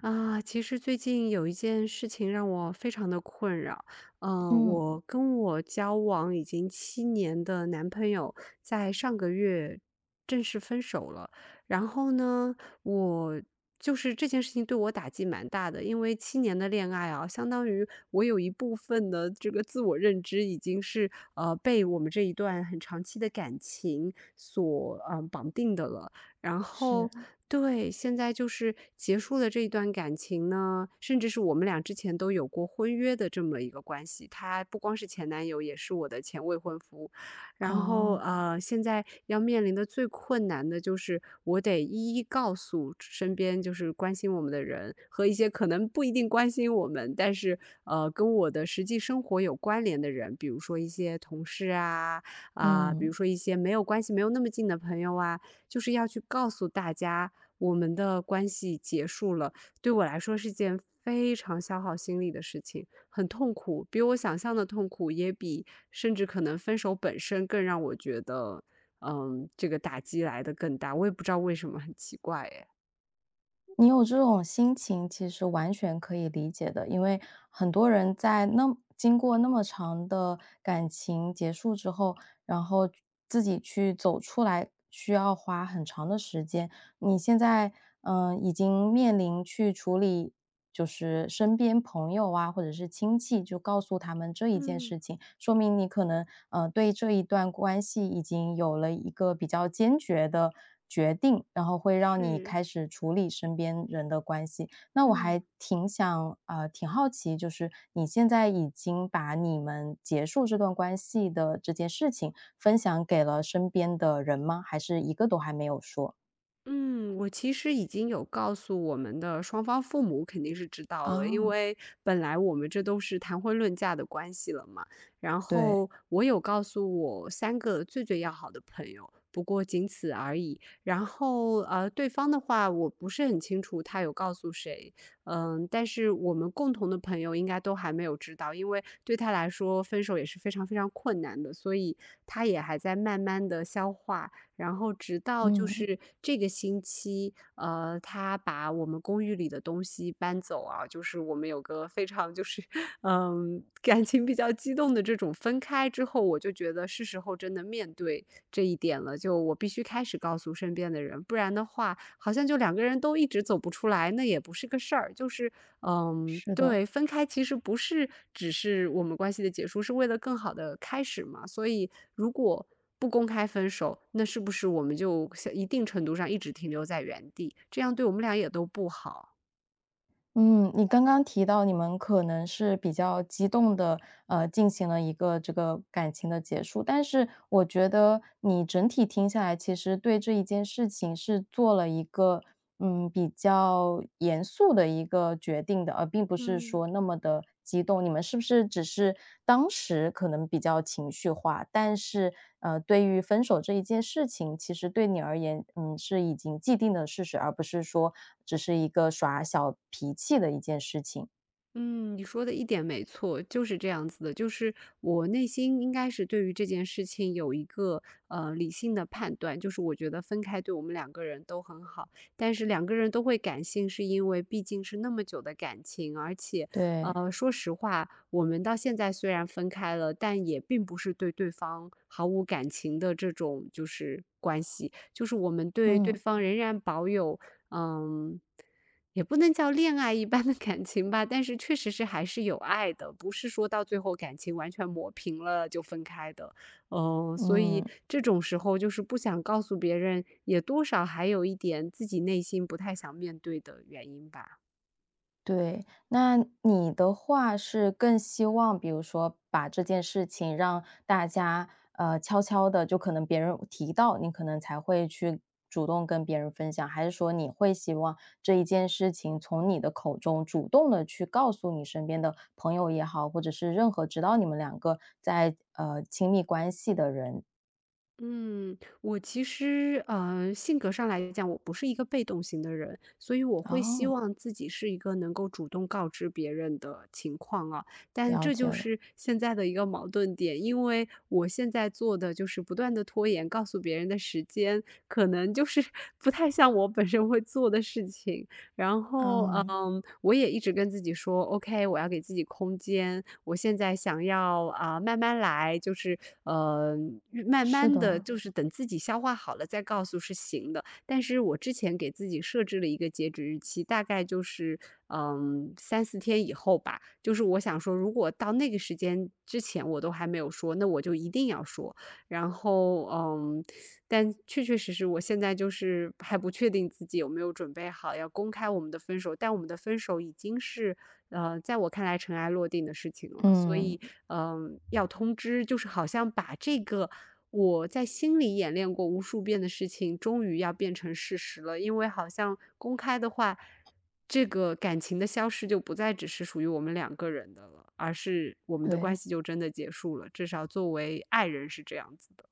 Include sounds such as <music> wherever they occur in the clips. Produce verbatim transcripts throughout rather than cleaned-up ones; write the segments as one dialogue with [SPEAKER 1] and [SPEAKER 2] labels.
[SPEAKER 1] 啊，其实最近有一件事情让我非常的困扰。呃，
[SPEAKER 2] 嗯，
[SPEAKER 1] 我跟我交往已经七年的男朋友在上个月正式分手了。然后呢，我就是这件事情对我打击蛮大的，因为七年的恋爱啊，相当于我有一部分的这个自我认知已经是呃被我们这一段很长期的感情所嗯、呃绑定的了。然
[SPEAKER 2] 是，
[SPEAKER 1] 后对，现在就是结束了这一段感情呢，甚至是我们俩之前都有过婚约的这么一个关系，他不光是前男友，也是我的前未婚夫。然后
[SPEAKER 2] 哦，
[SPEAKER 1] 呃，现在要面临的最困难的就是我得一一告诉身边就是关心我们的人和一些可能不一定关心我们，但是呃跟我的实际生活有关联的人，比如说一些同事啊啊、比如
[SPEAKER 2] 嗯，
[SPEAKER 1] 说一些没有关系没有那么近的朋友啊，就是要去告诉大家我们的关系结束了。对我来说是件非常消耗心力的事情，很痛苦，比我想象的痛苦，也比甚至可能分手本身更让我觉得，嗯，这个打击来的更大。我也不知道为什么，很奇怪耶。
[SPEAKER 2] 你有这种心情其实完全可以理解的，因为很多人在那经过那么长的感情结束之后，然后自己去走出来，需要花很长的时间。你现在，嗯，呃已经面临去处理，就是身边朋友啊，或者是亲戚，就告诉他们这一件
[SPEAKER 1] 嗯，
[SPEAKER 2] 事情，说明你可能，呃，对这一段关系已经有了一个比较坚决的决定，然后会让你
[SPEAKER 1] 是，
[SPEAKER 2] 开始处理身边人的关系。那我
[SPEAKER 1] 嗯。
[SPEAKER 2] 还挺想，呃，挺好奇，就是你现在已经把你们结束这段关系的这件事情分享给了身边的人吗？还是一个都还没有说？
[SPEAKER 1] 嗯，我其实已经有告诉我们的双方父母肯定是知道了，因
[SPEAKER 2] 啊？
[SPEAKER 1] 为本来我们这都是谈婚论嫁的关系了嘛。然
[SPEAKER 2] 对，
[SPEAKER 1] 后我有告诉我三个最最要好的朋友，不过仅此而已。然后呃，对方的话我不是很清楚他有告诉谁。嗯，但是我们共同的朋友应该都还没有知道，因为对他来说分手也是非常非常困难的，所以他也还在慢慢的消化。然后直到就
[SPEAKER 2] 嗯，
[SPEAKER 1] 是这个星期，呃，他把我们公寓里的东西搬走啊，就是我们有个非常就是 <laughs>，嗯，感情比较激动的这种分开之后，我就觉得是时候真的面对这一点了，就我必须开始告诉身边的人，不然的话，好像就两个人都一直走不出来，那也不是个事儿。就是嗯，
[SPEAKER 2] 是的，
[SPEAKER 1] 对，分开其实不是只是我们关系的结束，是为了更好的开始嘛。所以如果不公开分手，那是不是我们就像一定程度上一直停留在原地？这样对我们俩也都不好。
[SPEAKER 2] 嗯，你刚刚提到你们可能是比较激动的，呃，进行了一个这个感情的结束，但是我觉得你整体听下来，其实对这一件事情是做了一个，嗯，比较严肃的一个决定的，而并不是
[SPEAKER 1] 嗯。
[SPEAKER 2] 说那么的激动。你们是不是只是当时可能比较情绪化，但是，呃，对于分手这一件事情，其实对你而言，嗯，是已经既定的事实，而不是说只是一个耍小脾气的一件事情。
[SPEAKER 1] 嗯，你说的一点没错，就是这样子的。就是我内心应该是对于这件事情有一个呃理性的判断，就是我觉得分开对我们两个人都很好，但是两个人都会感性，是因为毕竟是那么久的感情。而且
[SPEAKER 2] 对，
[SPEAKER 1] 呃，说实话，我们到现在虽然分开了，但也并不是对对方毫无感情的这种就是关系，就是我们对对
[SPEAKER 2] 嗯，
[SPEAKER 1] 方仍然保有。嗯。也不能叫恋爱一般的感情吧，但是确实是还是有爱的，不是说到最后感情完全磨平了就分开的。哦，所以
[SPEAKER 2] 嗯。
[SPEAKER 1] 这种时候就是不想告诉别人，也多少还有一点自己内心不太想面对的原因吧。
[SPEAKER 2] 对，那你的话是更希望，比如说把这件事情让大家呃悄悄的，就可能别人提到，你可能才会去主动跟别人分享，还是说你会希望这一件事情从你的口中主动的去告诉你身边的朋友也好，或者是任何知道你们两个在呃亲密关系的人？
[SPEAKER 1] 嗯，我其实，呃，性格上来讲，我不是一个被动型的人，所以我会希
[SPEAKER 2] 哦，
[SPEAKER 1] 望自己是一个能够主动告知别人的情况啊。但
[SPEAKER 2] 了
[SPEAKER 1] 这
[SPEAKER 2] 解
[SPEAKER 1] 就
[SPEAKER 2] 了，
[SPEAKER 1] 是现在的一个矛盾点，因为我现在做的就是不断的拖延告诉别人的时间，可能就是 <laughs> 不太像我本身会做的事情。然后，
[SPEAKER 2] 嗯，
[SPEAKER 1] 嗯，我也一直跟自己说，OK，我要给自己空间。我现在想要啊、慢慢来，就是呃，慢
[SPEAKER 2] 是
[SPEAKER 1] 慢的
[SPEAKER 2] 的，
[SPEAKER 1] 就是等自己消化好了再告诉是行的。但是我之前给自己设置了一个截止日期，大概就是嗯三四天以后吧。就是我想说，如果到那个时间之前我都还没有说，那我就一定要说。然后，嗯，但确确实实，我现在就是还不确定自己有没有准备好要公开我们的分手，但我们的分手已经是，呃，在我看来尘埃落定的事情了。所
[SPEAKER 2] 嗯，
[SPEAKER 1] 以，嗯，要通知，就是好像把这个我在心里演练过无数遍的事情，终于要变成事实了。因为好像公开的话，这个感情的消失就不再只是属于我们两个人的了，而是我们的关
[SPEAKER 2] 对。
[SPEAKER 1] 系就真的结束了。至少作为爱人是这样子的。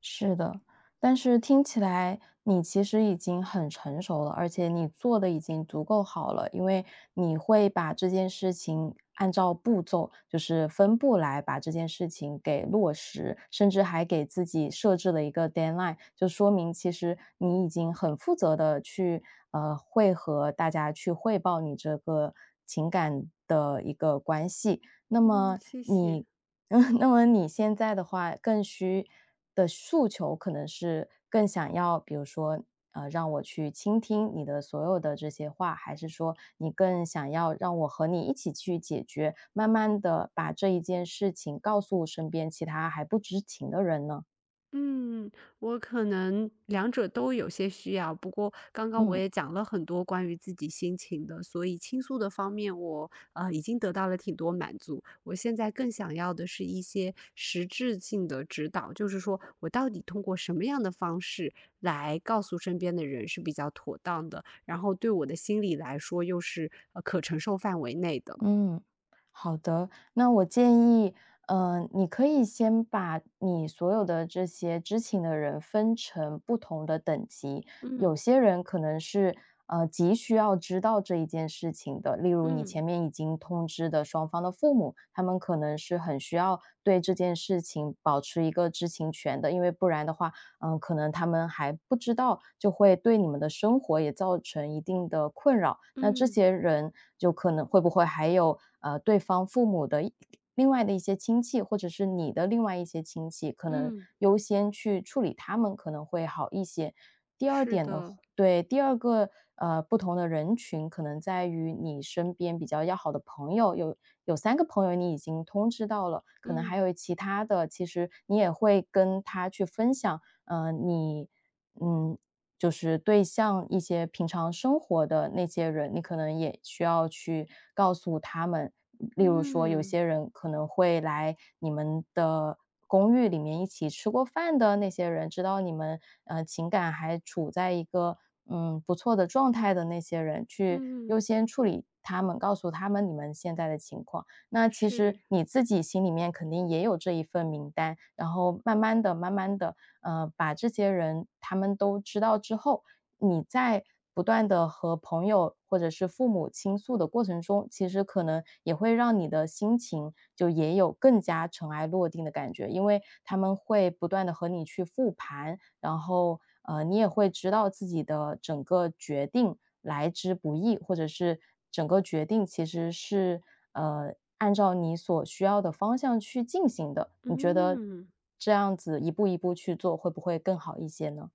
[SPEAKER 2] 是的，但是听起来你其实已经很成熟了，而且你做的已经足够好了，因为你会把这件事情按照步骤，就是分步来把这件事情给落实，甚至还给自己设置了一个 deadline，就说明其实你已经很负责的去呃会和大家去汇报你这个情感的一个关系。那
[SPEAKER 1] 嗯，
[SPEAKER 2] 么
[SPEAKER 1] 谢
[SPEAKER 2] 你
[SPEAKER 1] 谢。
[SPEAKER 2] <laughs> 嗯，那么你现在的话，更需的诉求可能是更想要，比如说，呃，让我去倾听你的所有的这些话，还是说你更想要让我和你一起去解决，慢慢的把这一件事情告诉身边其他还不知情的人呢？
[SPEAKER 1] 嗯，我可能两者都有些需要，不过刚刚我
[SPEAKER 2] 嗯。
[SPEAKER 1] 也讲了很多关于自己心情的，所以倾诉的方面我呃已经得到了挺多满足。我现在更想要的是一些实质性的指导，就是说我到底通过什么样的方式来告诉身边的人是比较妥当的，然后对我的心理来说又是呃可承受范围内的。
[SPEAKER 2] 嗯，好的。那我建议，呃，你可以先把你所有的这些知情的人分成不同的等级。有
[SPEAKER 1] 嗯
[SPEAKER 2] 些人可能是呃急需要知道这一件事情的，例如你
[SPEAKER 1] 嗯
[SPEAKER 2] 前面已经通知的双方的父母，他们可能是很需要对这件事情保持一个知情权的，因为不然的话，嗯、呃可能他们还不知道，就会对你们的生活也造成一定的困扰。那这
[SPEAKER 1] 嗯
[SPEAKER 2] 些人就可能会不会还有呃对方父母的一另外的一些亲戚，或者是你的另外一些亲戚，可能
[SPEAKER 1] 嗯，
[SPEAKER 2] 优先去处理他们可能会好一些。第二
[SPEAKER 1] 是
[SPEAKER 2] 点的话，
[SPEAKER 1] 的，
[SPEAKER 2] 对第二个呃不同的人群，可能在于你身边比较要好的朋友，有有三个朋友你已经通知到了，可能还
[SPEAKER 1] 嗯
[SPEAKER 2] 有其他的，其实你也会跟他去分享嗯，你嗯，就是对象一些平常生活的那些人，你可能也需要去告诉他们。例如说，有
[SPEAKER 1] 嗯
[SPEAKER 2] 些人可能会来你们的公寓里面一起吃过饭的那些人，知道你们呃情感还处在一个嗯不错的状态的那些人，去优
[SPEAKER 1] 嗯。
[SPEAKER 2] 先处理他们，告诉他们你们现在的情况。那其实
[SPEAKER 1] 是。
[SPEAKER 2] 你自己心里面肯定也有这一份名单，然后慢慢的、慢慢的，呃，把这些人他们都知道之后，你在不断的和朋友或者是父母倾诉的过程中，其实可能也会让你的心情就也有更加尘埃落定的感觉。因为他们会不断的和你去复盘，然后，呃，你也会知道自己的整个决定来之不易，或者是整个决定其实是呃按照你所需要的方向去进行的。你觉得
[SPEAKER 1] 嗯，
[SPEAKER 2] 这样子一步一步去做，会不会更好一些呢？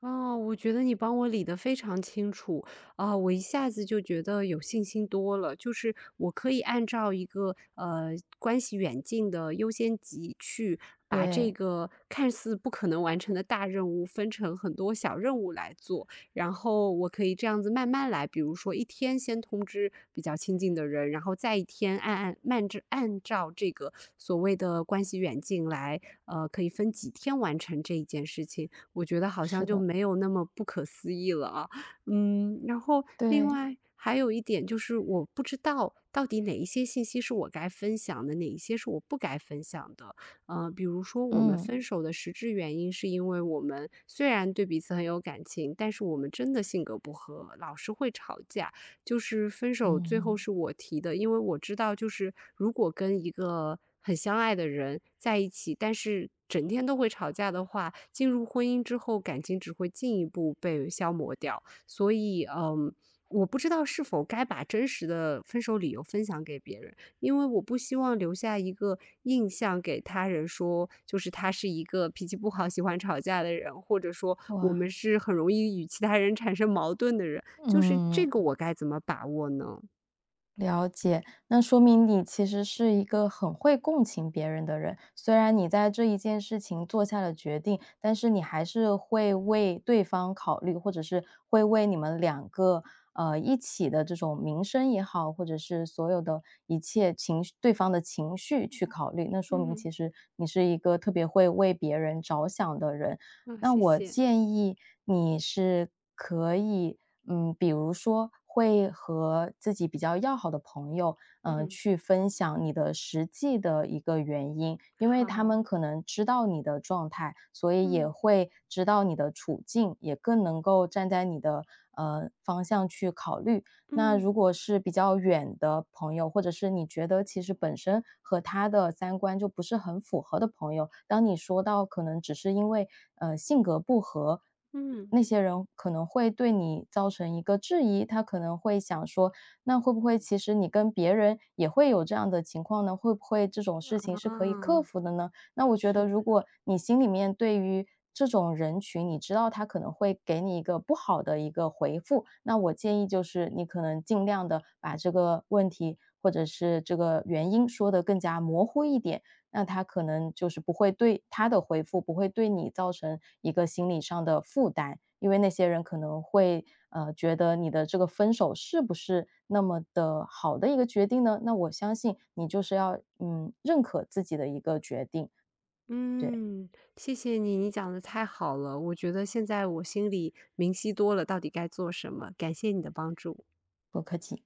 [SPEAKER 1] 哦，我觉得你帮我理得非常清楚啊，我一下子就觉得有信心多了。就是我可以按照一个呃关系远近的优先级去把这
[SPEAKER 2] 对，
[SPEAKER 1] 个看似不可能完成的大任务分成很多小任务来做。然后我可以这样子慢慢来，比如说一天先通知比较亲近的人，然后再一天按按慢着按照这个所谓的关系远近来，呃，可以分几天完成这一件事情。我觉得好像
[SPEAKER 2] 是
[SPEAKER 1] 就
[SPEAKER 2] 的，
[SPEAKER 1] 没有那么不可思议了啊。嗯，然后另
[SPEAKER 2] 对，
[SPEAKER 1] 外还有一点就是，我不知道到底哪一些信息是我该分享的，哪一些是我不该分享的。呃，比如说我们
[SPEAKER 2] 嗯
[SPEAKER 1] 分手的实质原因是因为我们虽然对彼此很有感情，但是我们真的性格不合，老是会吵架。就是分手最后
[SPEAKER 2] 嗯。
[SPEAKER 1] 是我提的，因为我知道，就是如果跟一个很相爱的人在一起，但是整天都会吵架的话，进入婚姻之后，感情只会进一步被消磨掉。所以，嗯，我不知道是否该把真实的分手理由分享给别人。因为我不希望留下一个印象给他人说，就是他是一个脾气不好、喜欢吵架的人，或者说我
[SPEAKER 2] 哇
[SPEAKER 1] 们是很容易与其他人产生矛盾的人，就是这
[SPEAKER 2] 嗯，
[SPEAKER 1] 个我该怎么把握呢？
[SPEAKER 2] 了解，那说明你其实是一个很会共情别人的人。虽然你在这一件事情做下了决定，但是你还是会为对方考虑，或者是会为你们两个呃一起的这种名声也好，或者是所有的一切情绪对方的情绪去考虑。那说明
[SPEAKER 1] 嗯，
[SPEAKER 2] 其实你是一个特别会为别人着想的人。
[SPEAKER 1] 哦，
[SPEAKER 2] 那
[SPEAKER 1] 谢
[SPEAKER 2] 我
[SPEAKER 1] 谢。
[SPEAKER 2] 建议你是可以，嗯，比如说会和自己比较要好的朋友，嗯，
[SPEAKER 1] 嗯，
[SPEAKER 2] 去分享你的实际的一个原因，因为他
[SPEAKER 1] 好，
[SPEAKER 2] 们可能知道你的状态，所以也
[SPEAKER 1] 嗯
[SPEAKER 2] 会知道你的处境，也更能够站在你的呃方向去考虑。那
[SPEAKER 1] 嗯
[SPEAKER 2] 如果是比较远的朋友，或者是你觉得其实本身和他的三观就不是很符合的朋友，当你说到可能只是因为呃性格不合，
[SPEAKER 1] 嗯，
[SPEAKER 2] 那些人可能会对你造成一个质疑，他可能会想说，那会不会其实你跟别人也会有这样的情况呢？会不会这种事情是可以克
[SPEAKER 1] 啊，
[SPEAKER 2] 服的呢？那我觉得
[SPEAKER 1] 是，
[SPEAKER 2] 如果你心里面对于这种人群，你知道他可能会给你一个不好的一个回复，那我建议就是你可能尽量的把这个问题或者是这个原因说的更加模糊一点，那他可能就是不会对他的回复不会对你造成一个心理上的负担。因为那些人可能会，呃，觉得你的这个分手是不是那么的好的一个决定呢？那我相信你就是要，嗯，认可自己的一个决定。对，
[SPEAKER 1] 嗯，谢谢你，你讲的太好了，我觉得现在我心里明晰多了，到底该做什么，感谢你的帮助。
[SPEAKER 2] 不客气。